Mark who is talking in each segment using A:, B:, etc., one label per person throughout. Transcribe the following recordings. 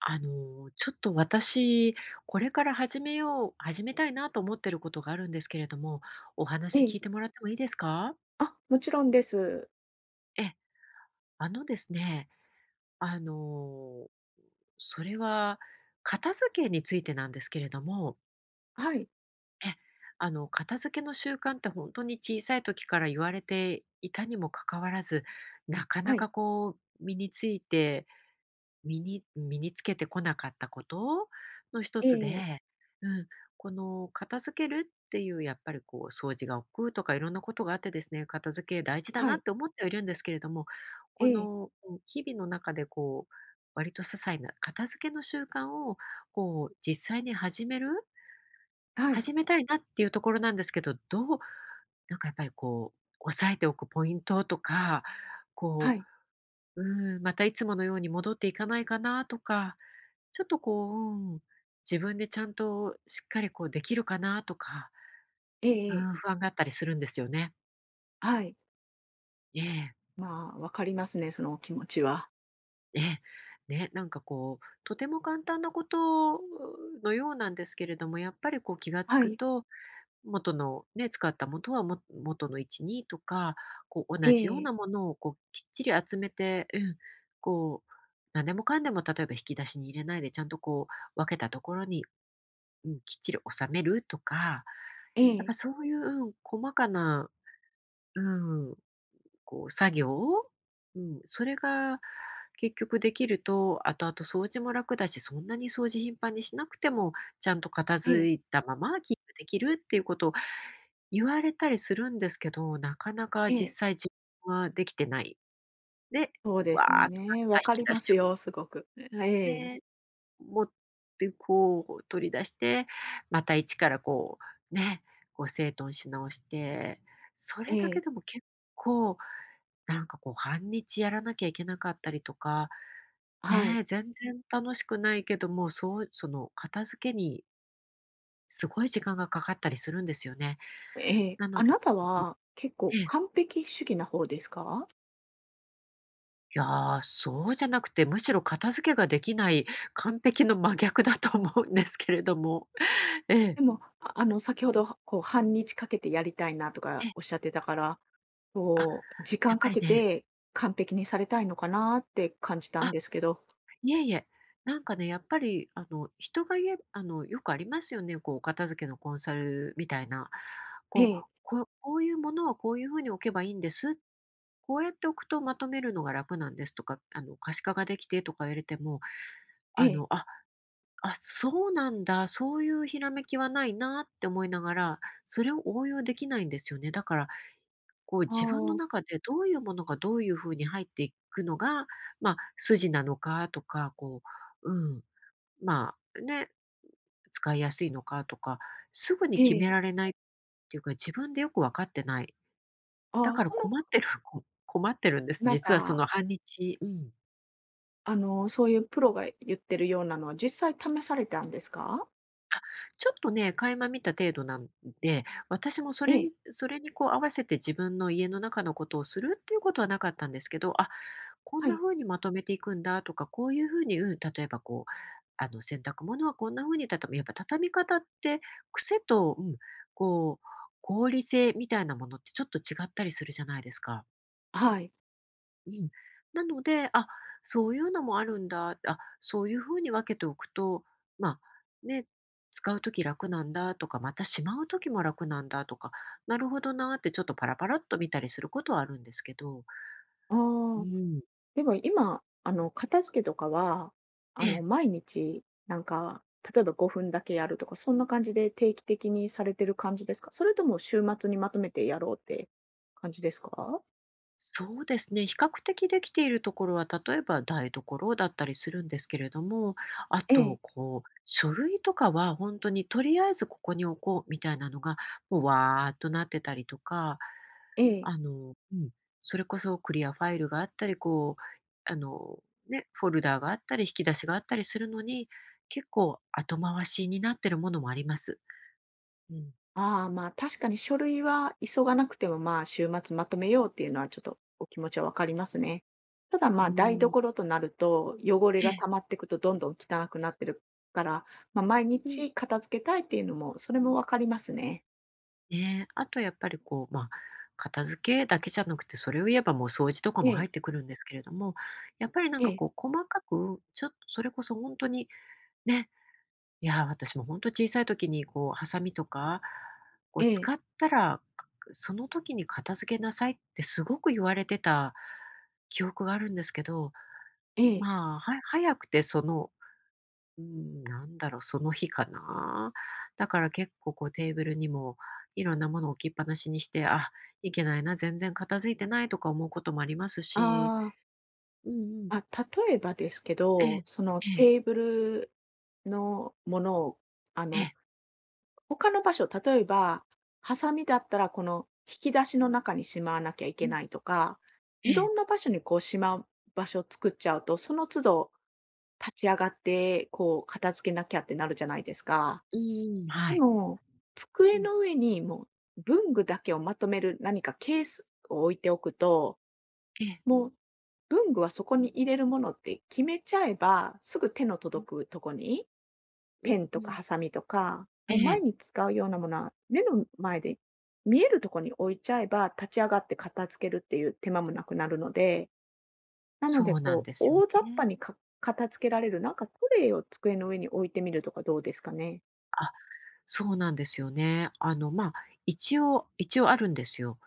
A: ちょっと私、これから始めたいなと思ってることがあるんですけれども、お
B: え
A: 話
B: え。
A: 聞いてもらってもいいですか？
B: あ、もちろんです。
A: ええ、ですね、あの、それは片付けについてなんですけれども、
B: はい。
A: ええ、片付けの習慣って本当に小さい時から言われていたにもかかわらず、なかな
B: はい。
A: かこう身につけてこなかったことの一
B: え
A: つ
B: え
A: で、うん、この片付けるっていうやっぱりこう掃除が億劫とかいろんなことがあってですね、片付け大事だ
B: は
A: なっ
B: い。
A: て思ってはいるんですけれども、
B: え
A: こ
B: え。
A: の日々の中でこう割と些細な片付けの習慣をこう実際に
B: はい。
A: 始めたいなっていうところなんですけど、なんかやっぱりこう抑えておくポイントとか、
B: は
A: こ
B: い。
A: う、またいつものように戻っていかないかなとか、ちょっとこう、自分でちゃんとしっかりこうできるかなとか、
B: え
A: う
B: え
A: ん、不安があったりするんですよね。
B: はい。
A: ええ、
B: まあ、わかりますね、そのお気持ちは。
A: ええ。ね、なんかこう、とても簡単なことのようなんですけれども、やっぱりこう気がつ
B: は
A: く
B: い。
A: と、元のね、使った元はも元の位置にとか、こう
B: え
A: 同じよ
B: え
A: う
B: え
A: な
B: え。
A: ものをこうきっちり集めて、うん、こう、何でもかんでも例えば引き出しに入れないで、ちゃんとこう分けたところに、うん、きっちり収めるとか、
B: え
A: やっぱ
B: え。
A: そういう、細かな、うん、こう作業、うん、それが結局できると、後々掃除も楽だし、そんなに掃除頻繁にしなくても、ちゃんと片
B: え
A: 付い
B: え。
A: たままキープできるっていうことを言われたりするんですけど、なかなか実際自分はできてない。で、
B: そうで
A: わーっ
B: す
A: となっ
B: ね。
A: た
B: わ
A: 引
B: か
A: き
B: り
A: 出
B: ま
A: し
B: す
A: を
B: よ、すごく。ええ。
A: ね持ってこう取り出して、また一からこうね、こう整頓し直して、そ
B: え
A: れだけで
B: え。
A: も結構なんかこう半日やらなきゃいけなかったりとか、
B: は
A: ね
B: い。
A: え、全然楽しくないけども、そうその片付けにすごい時間がかかったりするんですよね。
B: ええ。
A: な
B: あ
A: ので、
B: なた
A: こう
B: は結構
A: ええ、
B: 完璧主義な方ですか？
A: いやー、そうじゃなくて、むしろ片付けができない完璧の真逆だと思うんですけれども。え
B: で
A: え、
B: も、ああの、先ほど、こう半日かけてやりたいなと
A: え
B: か
A: え、
B: おっしゃってたから
A: あ、
B: こう、時
A: や
B: 間
A: っぱ
B: か
A: り
B: け
A: ね
B: て完璧にされたいのかなって感じたん
A: あ、
B: ですけど。
A: いえいえ、なんかね、やっぱり、人が言えよくありますよね、こう、お片付けのコンサルみたいな。
B: え
A: こう、
B: え、
A: こういうものはこういう風に置けばいいんです。こうやって置くとまとめるのが楽なんですとか、可視化ができてとか言われても、
B: ええ、
A: あ、あ、そうなんだ、そういうひらめきはないなって思いながら、それを応用できないんですよね。だからこう
B: あ
A: 自分の
B: あ、
A: 中でどういうものがどういう風に入っていくのが、まあ、筋なのかとか、こう、まあ、ね、使いやすいのかとか、すぐに
B: え
A: 決め
B: え、
A: られないっていうか、自分でよく分かってない。
B: あ
A: だ
B: あ、
A: から
B: その、
A: 困ってる、困ってるんです。
B: なん
A: 実はそ
B: か、
A: の半日、うん。
B: あの、そういうプロが言ってるようなのは実際試されたんですか？
A: ちょっとね、垣間見た程度なんで、私もそ
B: え
A: れ
B: え、
A: にそれにこう合わせて自分の家の中のことをするっていうことはなかったんですけど、あ、こん
B: は
A: な
B: い、
A: 風にまとめていくんだとか、こういう風に、例えばこう、洗濯物はこんな風に畳む。やっぱ畳み方って癖と、こう、合理性みたいなものってちょっと違ったりするじゃないですか。
B: はい。
A: うん。なので、あ、そういうのもあるんだ、あ、そういう風に分けておくと、まあ、ね、使う時楽なんだとか、またしまう時も楽なんだとか、なるほどなーってちょっとパラパラっと見たりすることはあるんですけど、
B: あ
A: う
B: あ、
A: ん。
B: でも今、あの、片付けとかは、
A: え
B: あの、
A: え。
B: 毎日なんか、例えば5分だけやるとか、そんな感じで定期的にされてる感じですか？それとも週末にまとめてやろうって感じですか？
A: そうですね。比較的できているところは、例えば台所だったりするんですけれども、あ
B: ええ、
A: と、こう、書類とかは本当にとりあえずここに置こうみたいなのが、もうわーっとなってたりとか、
B: ええ。
A: あのうん、それこそクリアファイルがあったり、こう、あの、ね、フォルダーがあったり、引き出しがあったりするのに、結構後回しになってるものもあります。うん。
B: ああ、まあ、確かに書類は急がなくても、まあ、週末まとめようっていうのはちょっとお気持ちはわかりますね。ただ、ま
A: う
B: あ、台
A: ん。
B: 所となると、汚れ
A: え
B: が溜
A: え。
B: まっていくとどんどん汚くなってるから、まあ、毎
A: うん。
B: 日片付けたいっていうのも、それもわかりますね。
A: ねえ、あとやっぱりこう、まあ、片付けだけじゃなくて、それを言えばもう掃除とか
B: え
A: も入
B: え、
A: ってくるんですけれども、やっぱりなん
B: え
A: か
B: え、
A: こう細かく、ちょっとそれこそ本当に、ね、いやー、私も本当に小さい時にこうハサミとか、こ
B: え
A: う使
B: え、
A: ったら、その時に片付けなさいってすごく言われてた記憶があるんですけど、
B: ええ。
A: まあ、は早くてそのうん、なんだろう、その日かな。だから結構こうテーブルにもいろんなものを置きっぱなしにして、あ、いけないな、全然片付いてないとか思うこともありますし、
B: ああ、
A: うんうん、
B: まあ、例えばですけ
A: え
B: ど、
A: え、
B: その
A: ええ、
B: テーブルのものを、あ
A: え
B: の、
A: え、
B: 他の場所、例えば、ハサミだったらこの引き出しの中にしまわなきゃいけ
A: うん、
B: ないとか、
A: え
B: いろ
A: え、
B: んな場所にこうしまう場所を作っちゃうと、その都度立ち上がって、こう片付けなきゃってなるじゃないですか。
A: うん
B: で
A: はい、
B: も、
A: う
B: 机
A: ん、
B: の上にもう文具だけをまとめる何かケースを置いておくと、
A: ええ、
B: もう文具はそこに入れるものって決めちゃえば、すぐ手の
A: うん、
B: 届くとこにペン
A: う
B: とか
A: ん、
B: ハサミとか、
A: え
B: もう毎
A: え、
B: 日使うようなものは、目の前で見えるところに置いちゃえば、立ち上がって片付けるっていう手間もなくなるので、なの
A: そ
B: で
A: うなん
B: こ
A: で
B: う、
A: すよ
B: 大雑把
A: ね。
B: にか片付けられる、なんかトレイを机の上に置いてみるとかどうですかね？
A: あ、そうなんですよね。まあ、一応あるんですよ。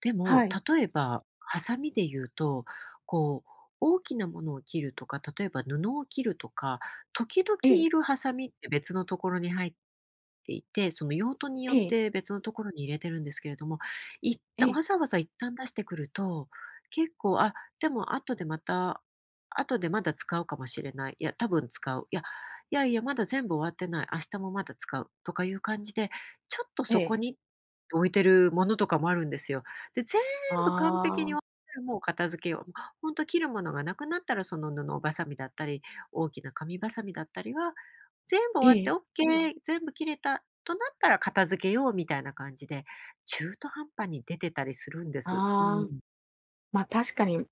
A: でも、
B: はい。
A: 例えば、ハサミで言うと、こう、大きなものを切るとか、例えば布を切るとか、時々
B: ええ、
A: いるハサミって別のところに入っていて、その用途に
B: え
A: よっ
B: え、
A: て別のところに入れてるんですけれども、一
B: え
A: 旦
B: え、
A: わざわざ一旦出してくると、結構、あ、でも後でまだ使うかもしれない。いや、多分使う。いや、いやいや、まだ全部終わってない。明日もまだ使う。とかいう感じで、ちょっと
B: え
A: そこ
B: え。
A: に置いてるものとかもあるんですよ。で、全部完璧に
B: あ
A: 終
B: あ、
A: わったらもう片付けよう。もうほんと切るものがなくなったらその布ばさみだったり、大きな紙ばさみだったりは、全部
B: え
A: 終わって
B: え、
A: オッケー、全部切れたとなったら片付けようみたいな感じで、中途半端に出てたりするんです。う
B: ああ、
A: ん。
B: ま、確かに、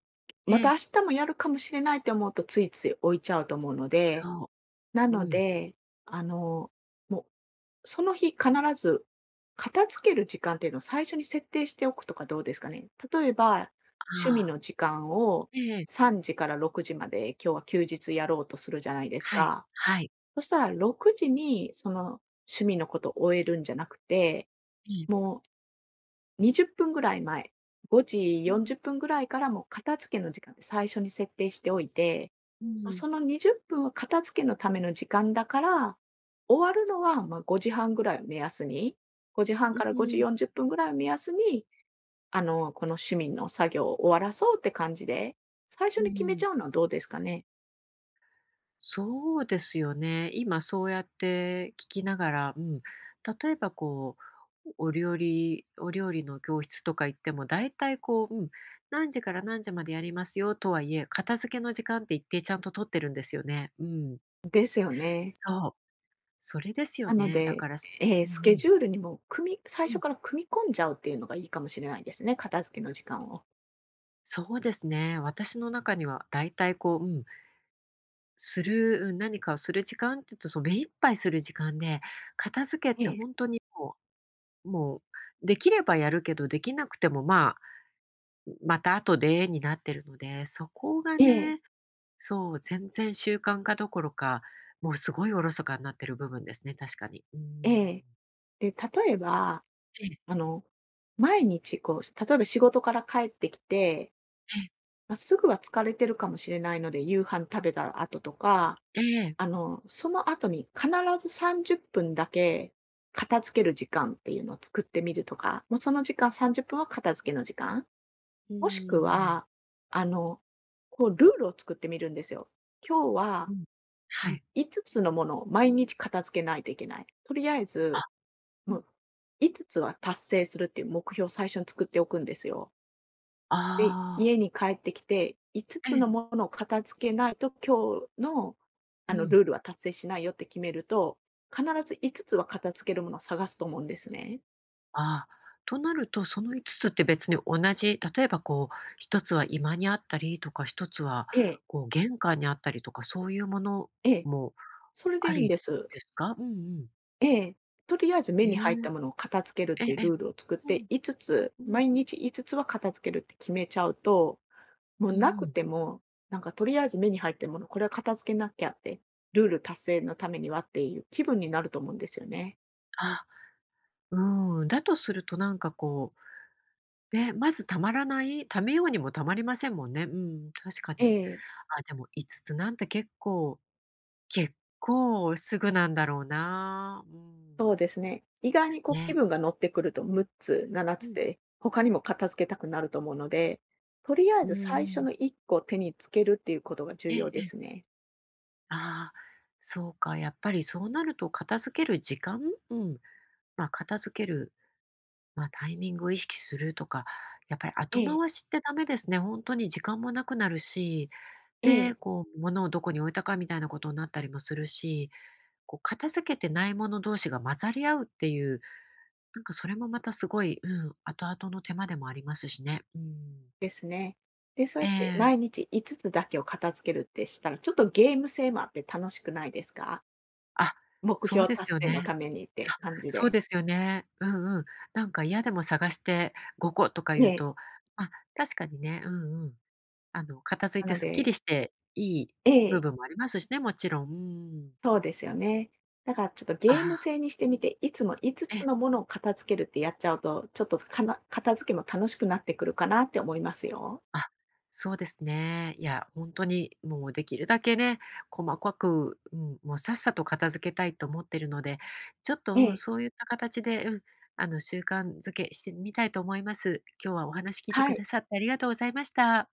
A: え
B: また
A: え、
B: 明日もやるかもしれないって思うと、ついつい置いちゃうと思うので、
A: そ
B: な
A: う。
B: の
A: うん。
B: で、あの、もうその日必ず片付ける時間っていうのを最初に設定しておくとかどうですかね。例えば、趣味
A: あ
B: の時間を
A: あ、ええ。
B: 3時から6時まで今日は休日やろうとするじゃないです
A: はい、
B: か。
A: はい。
B: そしたら6時にその趣味のことを終えるんじゃなくて、
A: ええ。
B: もう20分ぐらい前、5時
A: うん、
B: 40分ぐらいからもう片付けの時間って最初に設定しておいて、
A: うん、
B: ま
A: うん、
B: その20分は片付けのための時間だから、終わるのは、ま、5時半ぐらいを目安に、5時半から5時
A: う
B: 40分ぐらいを目安に、あの、この市民の作業を終わらそうって感じで、最初に決めち
A: ん。
B: ゃうのはどうですかね？
A: そうですよね。今そうやって聞きながら、例えばこう、お料理の教室とか行っても、だいたいこう、何時から何時までやりますよとはいえ、片付けの時間って一定ちゃんと取ってるんですよね。うん。
B: ですよね。
A: そう、それですよ
B: なの
A: ね。だ
B: で、
A: から、うんう
B: スケ
A: ん、
B: ジュールにも最
A: う
B: 初
A: ん。
B: から組み込んじゃうっていうのがいいかもしれないですね、片付けの時間を。
A: そうですね。私の中にはだいたいこう、するうん、何かをする時間っていうと、そう目いっぱいする時間で、片付けっ
B: え
A: て
B: え、
A: 本当にもう、できればやるけど、できなくても、まあ、また後でになってるので、そこが
B: ええ、
A: ね、そう、全然習慣化どころか、もうすごいおろそかになってる部分ですね、確かに。うー
B: え
A: ん。
B: え。で、例えば、
A: ええ、
B: あの、毎日こう、例えば仕事から帰ってきて
A: ええ、
B: まあ、すぐは疲れてるかもしれないので、夕飯食べた後とか、
A: ええ、
B: あの、その後に必ず30分だけ片付ける時間っていうのを作ってみるとか、もうその時間30分は片付けの時間、
A: うー
B: もしく
A: ん、
B: は、あの、こうルールを作ってみるんですよ。今日
A: う
B: は、
A: ん。は
B: ん、
A: い。
B: 5つのものを毎日片付けないといけない。とりあえ
A: あ、
B: ず、
A: う
B: も
A: ん。
B: う5つは達成するっていう目標を最初に作っておくんですよ。で、
A: ああ、
B: 家に帰ってきて、5つ
A: え
B: の
A: え、
B: ものを片付けないと、今日の、あ
A: う
B: の、
A: ん。
B: ルールは達成しないよって決めると、必ず5つは片付けるものを探すと思うんですね。
A: ああ、となると、その5つつって別に同じ、例えばこう、1つは居間にあったりとか、1つは
B: ええ、
A: こう玄関にあったりとか、そういうもの
B: ええ、
A: も
B: それで
A: あ
B: いいん
A: り
B: です。
A: ですか？うんうん。
B: ええ、とりあえず目
A: え
B: に入った
A: え、
B: ものを片付けるっ
A: え
B: て
A: え
B: いう
A: え
B: ル
A: え。
B: ールを作っ
A: う
B: て、
A: ん、
B: 5つ、
A: うん、
B: 毎日5つは片付けるって決めちゃうと、もう
A: うんう
B: なく
A: ん。
B: ても、なんかとりあえず目に入ったもの、これは片付けなきゃって、ルール達成のためにはっていう気分になると思うんですよね。
A: あ、うーん、だとするとなんかこう、ね、まず溜まらない溜めようにも溜まりませんもんね。うん、確か
B: え
A: に。
B: え。
A: あ、でも5つつなんて結構すぐなんだろうな。うん。
B: そうですね。意外
A: で
B: に
A: す
B: こう気
A: ね。
B: 分が乗ってくると6つ、7
A: う
B: つっ
A: ん。
B: て他にも片付けたくなると思うので、とりあえ
A: うん
B: ず
A: う
B: 最初
A: ん。
B: の1個手につけるっていうことが重
A: ええ
B: 要
A: え
B: で
A: え。
B: すね。
A: ああ、そうか、やっぱりそうなると片付ける時間うん、ま、片付けるまあ、タイミングを意識するとか、やっぱり
B: え
A: 後
B: え、
A: 回しってダメですね。本当に時間もなくなるし、
B: え
A: で、
B: え、
A: こう、物をどこに置いたかみたいなことになったりもするし、こう、片付けてないもの同士が混ざり合うっていう、なんかそれもまたすごい、後々の手間でもありますしね。うん。
B: ですね。で、そう
A: え
B: やって
A: え。
B: 毎日5つだけを片付けるってしたら、ちょっとゲーム性もあって楽しくないですか？
A: あ、
B: 目
A: そう
B: 標
A: です
B: 達
A: よ
B: 成の
A: ね。
B: ためにっ
A: あ、
B: て感じ
A: そう
B: で。
A: ですよね。うんうん。なんか嫌でも探して5個とか
B: え
A: 言う
B: え、
A: と、まあ確かにね、うんうん。片付い
B: な
A: て
B: の
A: すっき
B: で
A: りして、いい
B: え
A: 部
B: え。
A: 分もありますしね、もちろん。うん。
B: そうですよね。だからちょっと
A: あ
B: ゲーム
A: あ、
B: 性にしてみて、いつも5つ
A: え、
B: のものを片付けるってやっちゃうと、ちょっとかな片付けも楽しくなってくるかなって思いますよ。
A: あ、そうですね。いや、本当にもうできるだけね、細かく、もうさっさと片付けたいと思ってるので、ちょっと、
B: ええ。
A: そういった形で、習慣づけしてみたいと思います。今日はお話聞いて
B: は
A: く
B: い。
A: ださってありがとうございました。